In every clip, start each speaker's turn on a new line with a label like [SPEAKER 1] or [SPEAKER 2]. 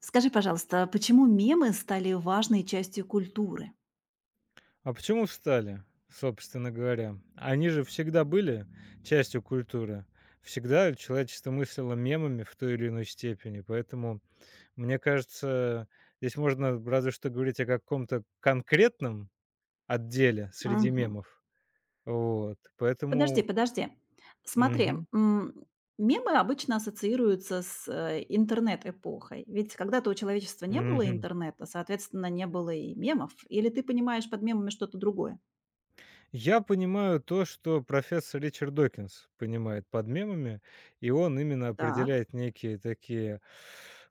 [SPEAKER 1] Скажи, пожалуйста, почему мемы стали важной частью культуры?
[SPEAKER 2] А почему встали, собственно говоря? Они же всегда были частью культуры. Всегда человечество мыслило мемами в той или иной степени. Поэтому, мне кажется, здесь можно разве что говорить о каком-то конкретном отделе среди
[SPEAKER 1] Мгм.
[SPEAKER 2] мемов. Вот.
[SPEAKER 1] Подожди,
[SPEAKER 2] Поэтому.
[SPEAKER 1] подожди. Смотри,
[SPEAKER 2] Мгм,
[SPEAKER 1] мемы обычно ассоциируются с интернет-эпохой. Ведь когда-то у человечества не было
[SPEAKER 2] мгм.
[SPEAKER 1] интернета, соответственно, не было и мемов. Или ты понимаешь под мемами что-то другое?
[SPEAKER 2] Я понимаю то, что профессор Ричард Докинс понимает под мемами, и он именно
[SPEAKER 1] Так.
[SPEAKER 2] определяет некие такие,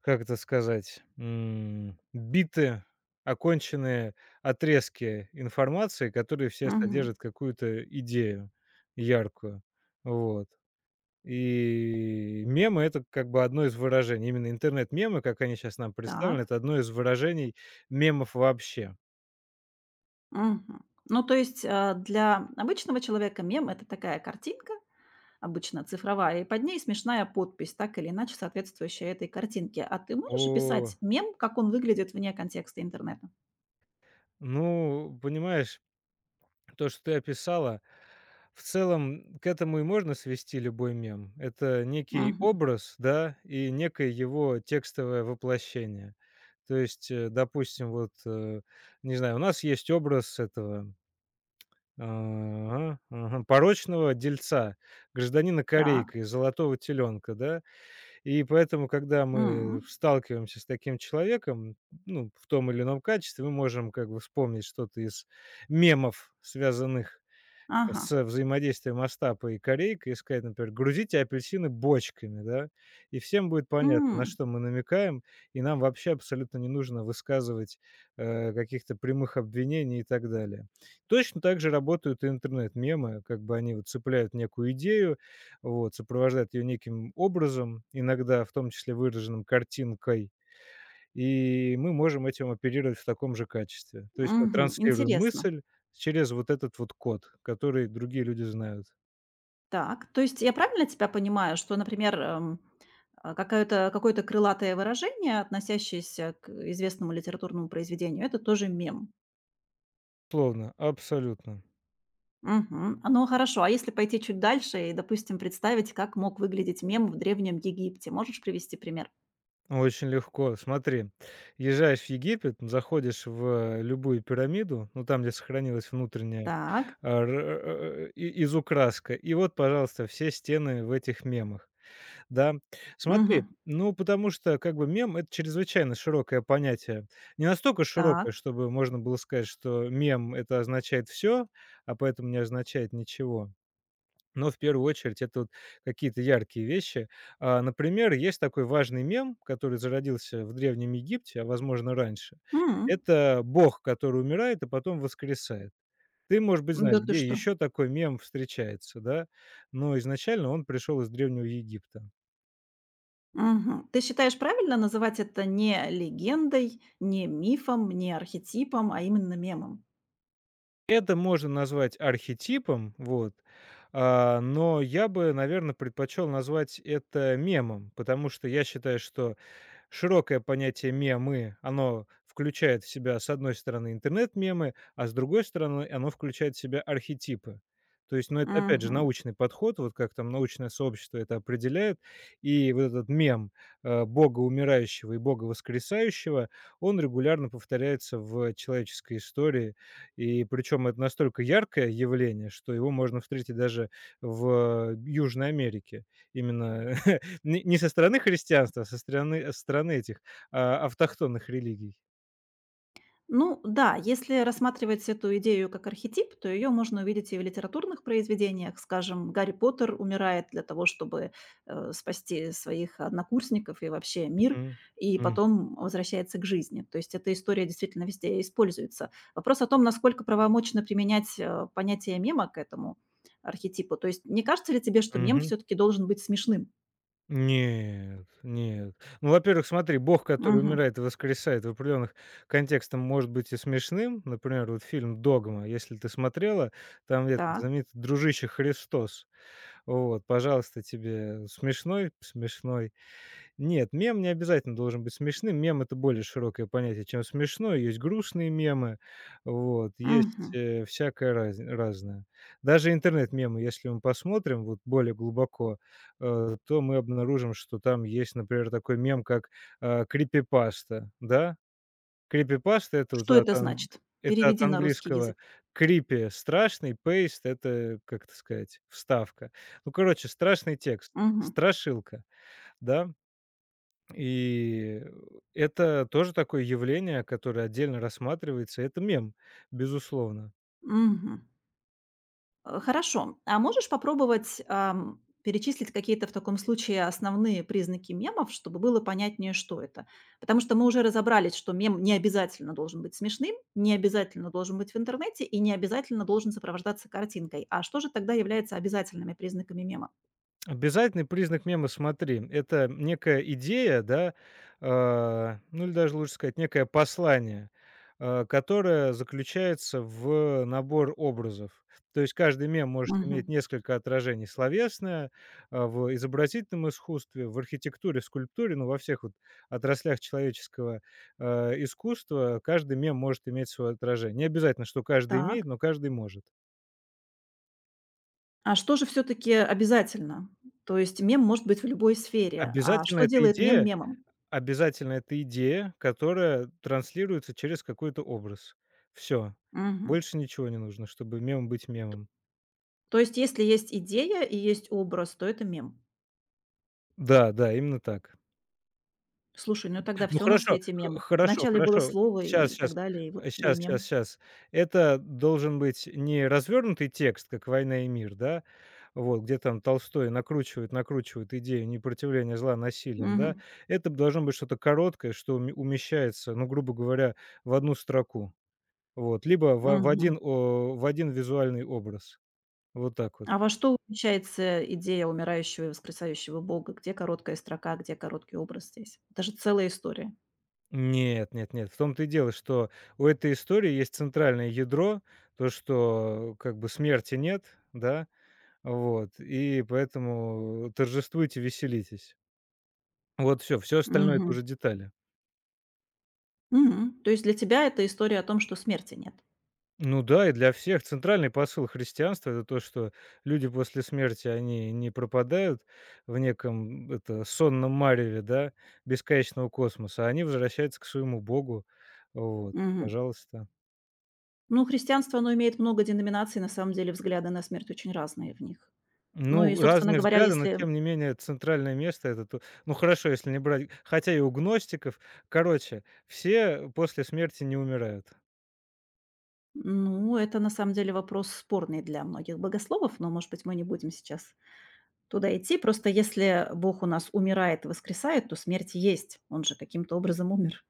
[SPEAKER 2] как это сказать, биты, оконченные отрезки информации, которые все
[SPEAKER 1] Мгм.
[SPEAKER 2] содержат какую-то идею яркую. Вот. И мемы это как бы одно из выражений. Именно интернет-мемы, как они сейчас нам представлены,
[SPEAKER 1] Так.
[SPEAKER 2] это одно из выражений мемов вообще.
[SPEAKER 1] Мгм. Ну, то есть для обычного человека мем это такая картинка, обычно цифровая, и под ней смешная подпись, так или иначе соответствующая этой картинке. А ты можешь
[SPEAKER 2] О,
[SPEAKER 1] описать мем, как он выглядит вне контекста интернета?
[SPEAKER 2] ну, понимаешь, то, что ты описала, в целом к этому и можно свести любой мем. Это некий
[SPEAKER 1] Мгм.
[SPEAKER 2] образ, да, и некое его текстовое воплощение. То есть, допустим, вот, не знаю, у нас есть образ этого, ага, ага, порочного дельца, гражданина
[SPEAKER 1] Так.
[SPEAKER 2] Корейка и золотого теленка, да, и поэтому, когда мы
[SPEAKER 1] М.
[SPEAKER 2] сталкиваемся с таким человеком, ну, в том или ином качестве, мы можем как бы вспомнить что-то из мемов, связанных
[SPEAKER 1] Ага.
[SPEAKER 2] с взаимодействием Остапа и Корейка, и сказать, например: "Грузите апельсины бочками", да, и всем будет понятно, на
[SPEAKER 1] М.
[SPEAKER 2] что мы намекаем, и нам вообще абсолютно не нужно высказывать каких-то прямых обвинений и так далее. Точно так же работают и интернет-мемы, как бы они вот цепляют некую идею, вот, сопровождают ее неким образом, иногда в том числе выраженным картинкой, и мы можем этим оперировать в таком же качестве. То есть мы
[SPEAKER 1] Мгм.
[SPEAKER 2] транслируем
[SPEAKER 1] Интересно.
[SPEAKER 2] мысль через вот этот вот код, который другие люди знают.
[SPEAKER 1] Так, то есть я правильно тебя понимаю, что, например, какое-то крылатое выражение, относящееся к известному литературному произведению, это тоже мем?
[SPEAKER 2] Словно, абсолютно.
[SPEAKER 1] Мгм. А, ну хорошо, а если пойти чуть дальше и, допустим, представить, как мог выглядеть мем в Древнем Египте, можешь привести пример?
[SPEAKER 2] Очень легко. Смотри, езжаешь в Египет, заходишь в любую пирамиду, ну, там, где сохранилась внутренняя
[SPEAKER 1] Так.
[SPEAKER 2] изукраска, и вот, пожалуйста, все стены в этих мемах. Да. Смотри,
[SPEAKER 1] Мгм.
[SPEAKER 2] ну, потому что как бы мем — это чрезвычайно широкое понятие. Не настолько
[SPEAKER 1] Так.
[SPEAKER 2] широкое, чтобы можно было сказать, что мем — это означает все, а поэтому не означает ничего. Но в первую очередь это вот какие-то яркие вещи. Например, есть такой важный мем, который зародился в Древнем Египте, а, возможно, раньше.
[SPEAKER 1] М.
[SPEAKER 2] Это бог, который умирает, а потом воскресает. Ты, может быть, знаешь,
[SPEAKER 1] Да ты
[SPEAKER 2] где
[SPEAKER 1] что?
[SPEAKER 2] еще такой мем встречается, да? Но изначально он пришел из Древнего Египта.
[SPEAKER 1] Мгм. Ты считаешь, правильно называть это не легендой, не мифом, не архетипом, а именно мемом?
[SPEAKER 2] Это можно назвать архетипом, вот. Но я бы, наверное, предпочел назвать это мемом, потому что я считаю, что широкое понятие "мемы", оно включает в себя, с одной стороны, интернет-мемы, а с другой стороны, оно включает в себя архетипы. То есть, ну, это, опять же,
[SPEAKER 1] Мгм.
[SPEAKER 2] научный подход, вот как там научное сообщество это определяет. И вот этот мем, бога умирающего и бога воскресающего, он регулярно повторяется в человеческой истории. И причем это настолько яркое явление, что его можно встретить даже в Южной Америке. Именно не со стороны христианства, а со стороны этих, автохтонных религий.
[SPEAKER 1] Ну да, если рассматривать эту идею как архетип, то ее можно увидеть и в литературных произведениях. Скажем, Гарри Поттер умирает для того, чтобы спасти своих однокурсников и вообще мир,
[SPEAKER 2] Мгм.
[SPEAKER 1] и
[SPEAKER 2] М.
[SPEAKER 1] потом возвращается к жизни. То есть эта история действительно везде используется. Вопрос о том, насколько правомочно применять понятие мема к этому архетипу. То есть не кажется ли тебе, что мем
[SPEAKER 2] Мгм.
[SPEAKER 1] все-таки должен быть смешным?
[SPEAKER 2] Нет, нет. Ну, во-первых, смотри, Бог, который
[SPEAKER 1] Мгм.
[SPEAKER 2] умирает и воскресает в определенных контекстах, может быть и смешным. Например, вот фильм "Догма", если ты смотрела, там этот
[SPEAKER 1] Так.
[SPEAKER 2] знаменитый дружище Христос. Вот, пожалуйста, тебе смешной, смешной. Нет, мем не обязательно должен быть смешным. Мем — это более широкое понятие, чем смешное. Есть грустные мемы, вот, есть,
[SPEAKER 1] Мгм.
[SPEAKER 2] всякое разное. Даже интернет-мемы, если мы посмотрим вот более глубоко, то мы обнаружим, что там есть, например, такой мем, как, крипипаста, да? Крипипаста — это вот
[SPEAKER 1] Что
[SPEAKER 2] от
[SPEAKER 1] это
[SPEAKER 2] ан
[SPEAKER 1] значит?
[SPEAKER 2] это от
[SPEAKER 1] Переведи на русский
[SPEAKER 2] английского
[SPEAKER 1] язык.
[SPEAKER 2] creepy — страшный, пейст это, как это сказать, вставка. Ну, короче, страшный текст,
[SPEAKER 1] Мгм.
[SPEAKER 2] страшилка, да? И это тоже такое явление, которое отдельно рассматривается. Это мем, безусловно.
[SPEAKER 1] Мгм. Хорошо. А можешь попробовать, перечислить какие-то в таком случае основные признаки мемов, чтобы было понятнее, что это? Потому что мы уже разобрались, что мем не обязательно должен быть смешным, не обязательно должен быть в интернете и не обязательно должен сопровождаться картинкой. А что же тогда является обязательными признаками мема?
[SPEAKER 2] Обязательный признак мема, смотри, это некая идея, да, ну или даже лучше сказать, некое послание, которое заключается в набор образов. То есть каждый мем может иметь
[SPEAKER 1] Мгм.
[SPEAKER 2] несколько отражений: словесное, в изобразительном искусстве, в архитектуре, скульптуре, ну, во всех вот отраслях человеческого, искусства каждый мем может иметь свое отражение. Не обязательно, что каждый имеет,
[SPEAKER 1] Так.
[SPEAKER 2] но каждый может.
[SPEAKER 1] А что же все-таки обязательно? То есть мем может быть в любой сфере. А
[SPEAKER 2] Обязательно
[SPEAKER 1] что
[SPEAKER 2] эта
[SPEAKER 1] делает мем
[SPEAKER 2] идея
[SPEAKER 1] мемом?
[SPEAKER 2] Обязательно это идея, которая транслируется через какой-то образ. Все,
[SPEAKER 1] Мгм.
[SPEAKER 2] больше ничего не нужно, чтобы мем быть мемом.
[SPEAKER 1] То есть, если есть идея и есть образ, то это мем.
[SPEAKER 2] Да, да, именно так.
[SPEAKER 1] Слушай, ну тогда
[SPEAKER 2] Ну
[SPEAKER 1] все на
[SPEAKER 2] хорошо,
[SPEAKER 1] свете
[SPEAKER 2] х
[SPEAKER 1] мем.
[SPEAKER 2] хорошо,
[SPEAKER 1] Вначале было
[SPEAKER 2] хорошо.
[SPEAKER 1] слово
[SPEAKER 2] Сейчас,
[SPEAKER 1] и
[SPEAKER 2] сейчас,
[SPEAKER 1] так далее, и вот тебе и
[SPEAKER 2] сейчас, сейчас,
[SPEAKER 1] мем.
[SPEAKER 2] сейчас. Это должен быть не развернутый текст, как "Война и мир", да, вот, где там Толстой накручивает, накручивает идею непротивления зла насилием, да.
[SPEAKER 1] Мгм.
[SPEAKER 2] Это должно быть что-то короткое, что умещается, ну, грубо говоря, в одну строку. Вот, либо в в 1,
[SPEAKER 1] Мгм.
[SPEAKER 2] о в один визуальный образ. Вот так вот.
[SPEAKER 1] А во что умещается идея умирающего и воскресающего Бога? Где короткая строка, где короткий образ здесь? Это же целая история.
[SPEAKER 2] Нет, нет, нет. В том-то и дело, что у этой истории есть центральное ядро, то, что как бы смерти нет, да, вот, и поэтому торжествуйте, веселитесь. Вот все, все остальное — это
[SPEAKER 1] Мгм.
[SPEAKER 2] уже детали.
[SPEAKER 1] Мгм. То есть для тебя это история о том, что смерти нет?
[SPEAKER 2] Ну да, и для всех центральный посыл христианства — это то, что люди после смерти, они не пропадают в неком, это, сонном мареве, да, бесконечного космоса, а они возвращаются к своему Богу. Вот,
[SPEAKER 1] Мгм.
[SPEAKER 2] пожалуйста.
[SPEAKER 1] Ну, христианство, оно имеет много деноминаций, на самом деле взгляды на смерть очень разные в них. Ну и,
[SPEAKER 2] Ну,
[SPEAKER 1] собственно
[SPEAKER 2] разные
[SPEAKER 1] говоря,
[SPEAKER 2] взгляды, но
[SPEAKER 1] если
[SPEAKER 2] тем не менее центральное место — это то, ну, хорошо, если не брать хотя и у гностиков. Короче, все после смерти не умирают.
[SPEAKER 1] ну, это на самом деле вопрос спорный для многих богословов, но, может быть, мы не будем сейчас туда идти. Просто если Бог у нас умирает и воскресает, то смерть есть. Он же каким-то образом умер.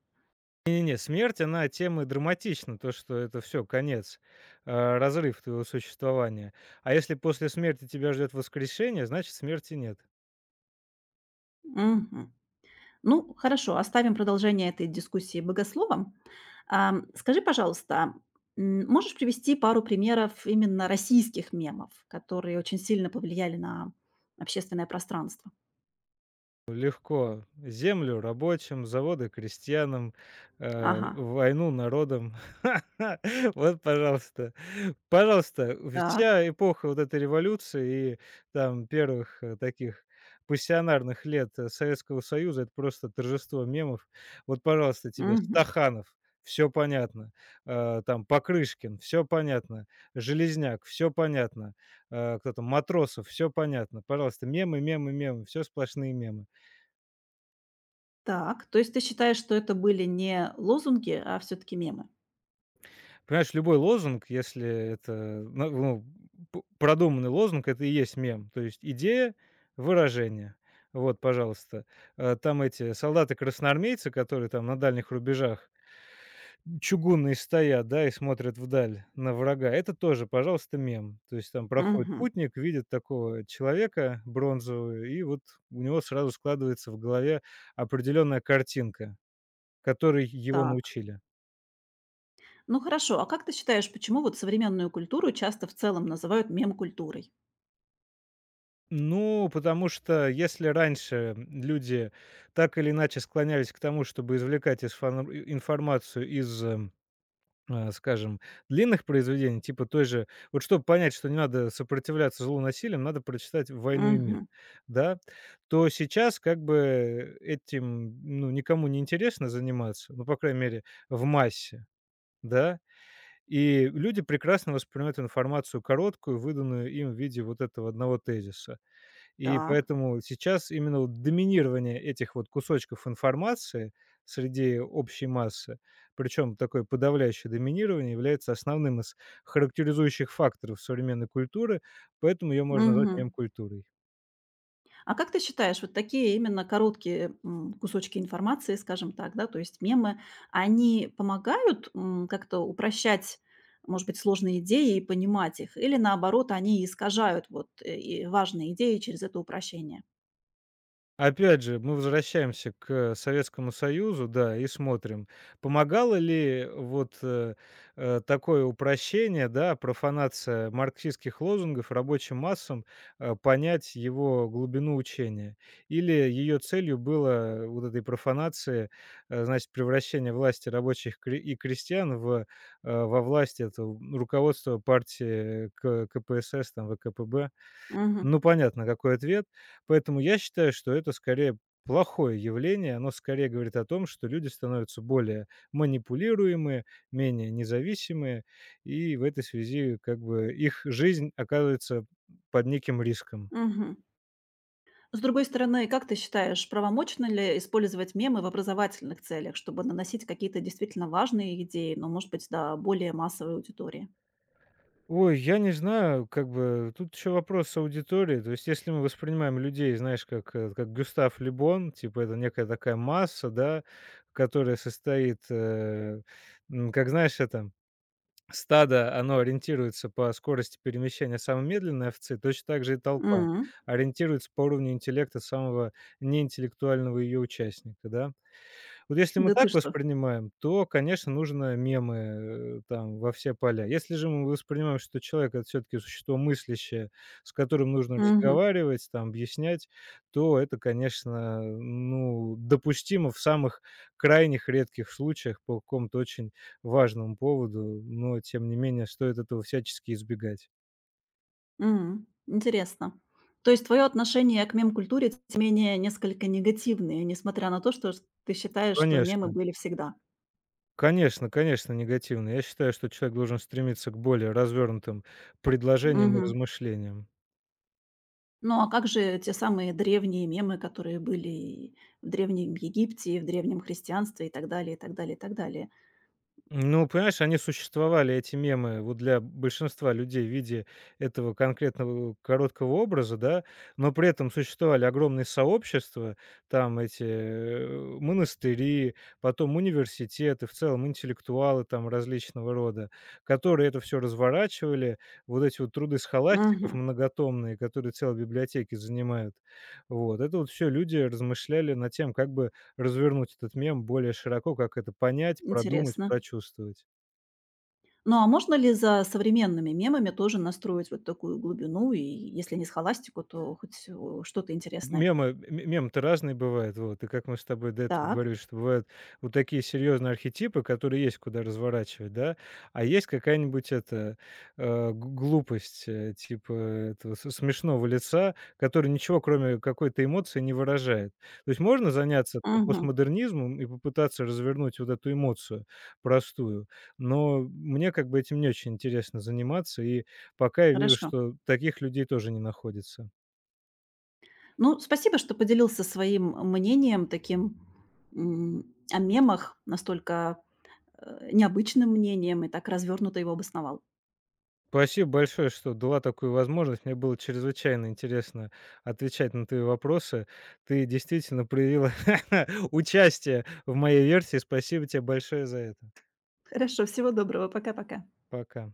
[SPEAKER 2] Не-не-не, смерть, она тем и драматична, то, что это все конец, разрыв твоего существования. А если после смерти тебя ждет воскрешение, значит, смерти нет.
[SPEAKER 1] Мгм. Ну, хорошо, оставим продолжение этой дискуссии богословом. Скажи, пожалуйста, можешь привести пару примеров именно российских мемов, которые очень сильно повлияли на общественное пространство?
[SPEAKER 2] Легко: землю — рабочим, заводы — крестьянам,
[SPEAKER 1] Ага,
[SPEAKER 2] э, войну — народам. Вот, пожалуйста. Пожалуйста,
[SPEAKER 1] так.
[SPEAKER 2] вся эпоха вот этой революции и там первых, таких пассионарных лет, Советского Союза — это просто торжество мемов. Вот, пожалуйста, тебе
[SPEAKER 1] Мгм.
[SPEAKER 2] Стаханов — все понятно, там Покрышкин — все понятно, Железняк — все понятно, кто там, Матросов — все понятно. Пожалуйста, мемы, мемы, мемы, все сплошные мемы.
[SPEAKER 1] Так, то есть ты считаешь, что это были не лозунги, а все таки мемы?
[SPEAKER 2] Понимаешь, любой лозунг, если это, на ну, п продуманный лозунг, это и есть мем. То есть идея, выражение. Вот, пожалуйста. Там эти солдаты-красноармейцы, которые там на дальних рубежах чугунные стоят, да, и смотрят вдаль на врага. Это тоже, пожалуйста, мем. То есть там проходит
[SPEAKER 1] Мгм.
[SPEAKER 2] путник, видит такого человека бронзового, и вот у него сразу складывается в голове определенная картинка, которой его
[SPEAKER 1] Так.
[SPEAKER 2] научили.
[SPEAKER 1] Ну хорошо, а как ты считаешь, почему вот современную культуру часто в целом называют мем-культурой?
[SPEAKER 2] Ну, потому что если раньше люди так или иначе склонялись к тому, чтобы извлекать из информацию из, скажем, длинных произведений, типа той же, вот чтобы понять, что не надо сопротивляться злу насилием, надо прочитать «Войну и мир»,
[SPEAKER 1] Мгм.
[SPEAKER 2] да, то сейчас как бы этим, ну, никому не интересно заниматься, ну, по крайней мере, в массе, да, и люди прекрасно воспринимают информацию короткую, выданную им в виде вот этого одного тезиса. И
[SPEAKER 1] Так.
[SPEAKER 2] поэтому сейчас именно вот доминирование этих вот кусочков информации среди общей массы, причем такое подавляющее доминирование, является основным из характеризующих факторов современной культуры, поэтому ее можно назвать
[SPEAKER 1] Мгм.
[SPEAKER 2] мем-культурой.
[SPEAKER 1] А как ты считаешь, вот такие именно короткие кусочки информации, скажем так, да, то есть мемы, они помогают как-то упрощать, может быть, сложные идеи и понимать их, или наоборот, они искажают вот и важные идеи через это упрощение?
[SPEAKER 2] Опять же, мы возвращаемся к Советскому Союзу, да, и смотрим, помогало ли вот, такое упрощение, да, профанация марксистских лозунгов рабочим массам, понять его глубину учения? Или ее целью было вот этой профанации, значит, превращение власти рабочих кре- и крестьян в, во власть этого руководства партии э, К КПСС, там, ВКПб?
[SPEAKER 1] Мгм.
[SPEAKER 2] Ну, понятно, какой ответ. Поэтому я считаю, что это скорее плохое явление. Оно скорее говорит о том, что люди становятся более манипулируемые, менее независимые, и в этой связи как бы их жизнь оказывается под неким риском.
[SPEAKER 1] Мгм. С другой стороны, как ты считаешь, правомочно ли использовать мемы в образовательных целях, чтобы наносить какие-то действительно важные идеи, но, может быть, до более массовой аудитории?
[SPEAKER 2] Ой, я не знаю, как бы тут еще вопрос с аудиторией. То есть, если мы воспринимаем людей, знаешь, как, как Гюстав Либон, типа это некая такая масса, да, которая состоит, как знаешь, это стадо, оно ориентируется по скорости перемещения самой медленной овцы, точно так же и толпа
[SPEAKER 1] М.
[SPEAKER 2] ориентируется по уровню интеллекта самого неинтеллектуального ее участника, да. Вот если мы
[SPEAKER 1] Да ты
[SPEAKER 2] так
[SPEAKER 1] что?
[SPEAKER 2] воспринимаем, то, конечно, нужно мемы, там во все поля. Если же мы воспринимаем, что человек — это все таки существо мыслящее, с которым нужно
[SPEAKER 1] Мгм.
[SPEAKER 2] разговаривать, там, объяснять, то это, конечно, ну, допустимо в самых крайних редких случаях по какому-то очень важному поводу, но тем не менее стоит этого всячески избегать.
[SPEAKER 1] М. Интересно. То есть твое отношение к мем-культуре, тем не менее, несколько негативное, несмотря на то, что ты считаешь, что мемы
[SPEAKER 2] Конечно.
[SPEAKER 1] были всегда.
[SPEAKER 2] Конечно, конечно, негативно. Я считаю, что человек должен стремиться к более развернутым предложениям и
[SPEAKER 1] Мгм.
[SPEAKER 2] размышлениям.
[SPEAKER 1] Ну, а как же те самые древние мемы, которые были и в Древнем Египте, и в древнем христианстве, и так далее, и так далее, и так далее?
[SPEAKER 2] Ну, понимаешь, они существовали, эти мемы, вот для большинства людей в виде этого конкретного короткого образа, да, но при этом существовали огромные сообщества, там эти монастыри, потом университеты, в целом интеллектуалы там различного рода, которые это все разворачивали, вот эти вот труды схоластиков
[SPEAKER 1] Мгм.
[SPEAKER 2] многотомные, которые целые библиотеки занимают. Вот, это вот все люди размышляли над тем, как бы развернуть этот мем более широко, как это понять, продумать,
[SPEAKER 1] Интересно.
[SPEAKER 2] прочувствовать.
[SPEAKER 1] Ну, а можно ли за современными мемами тоже настроить вот такую глубину? И если не схоластику, то хоть, что-то интересное.
[SPEAKER 2] Мемы-то разные бывают, вот. И как мы с тобой до этого
[SPEAKER 1] Так.
[SPEAKER 2] говорили, что бывают вот такие серьезные архетипы, которые есть куда разворачивать, да, а есть какая-нибудь эта, э, г глупость, типа этого с смешного лица, который ничего, кроме какой-то эмоции, не выражает. То есть можно заняться по
[SPEAKER 1] Мгм.
[SPEAKER 2] постмодернизмом и попытаться развернуть вот эту эмоцию простую, но мне как бы этим не очень интересно заниматься, и пока я вижу,
[SPEAKER 1] Хорошо.
[SPEAKER 2] что таких людей тоже не находится.
[SPEAKER 1] Ну, спасибо, что поделился своим мнением таким, о мемах, настолько, необычным мнением и так развернуто его обосновал.
[SPEAKER 2] Спасибо большое, что дала такую возможность. Мне было чрезвычайно интересно отвечать на твои вопросы. Ты действительно проявила участие в моей версии. Спасибо тебе большое за это.
[SPEAKER 1] Хорошо, всего доброго. Пока-пока.
[SPEAKER 2] Пока.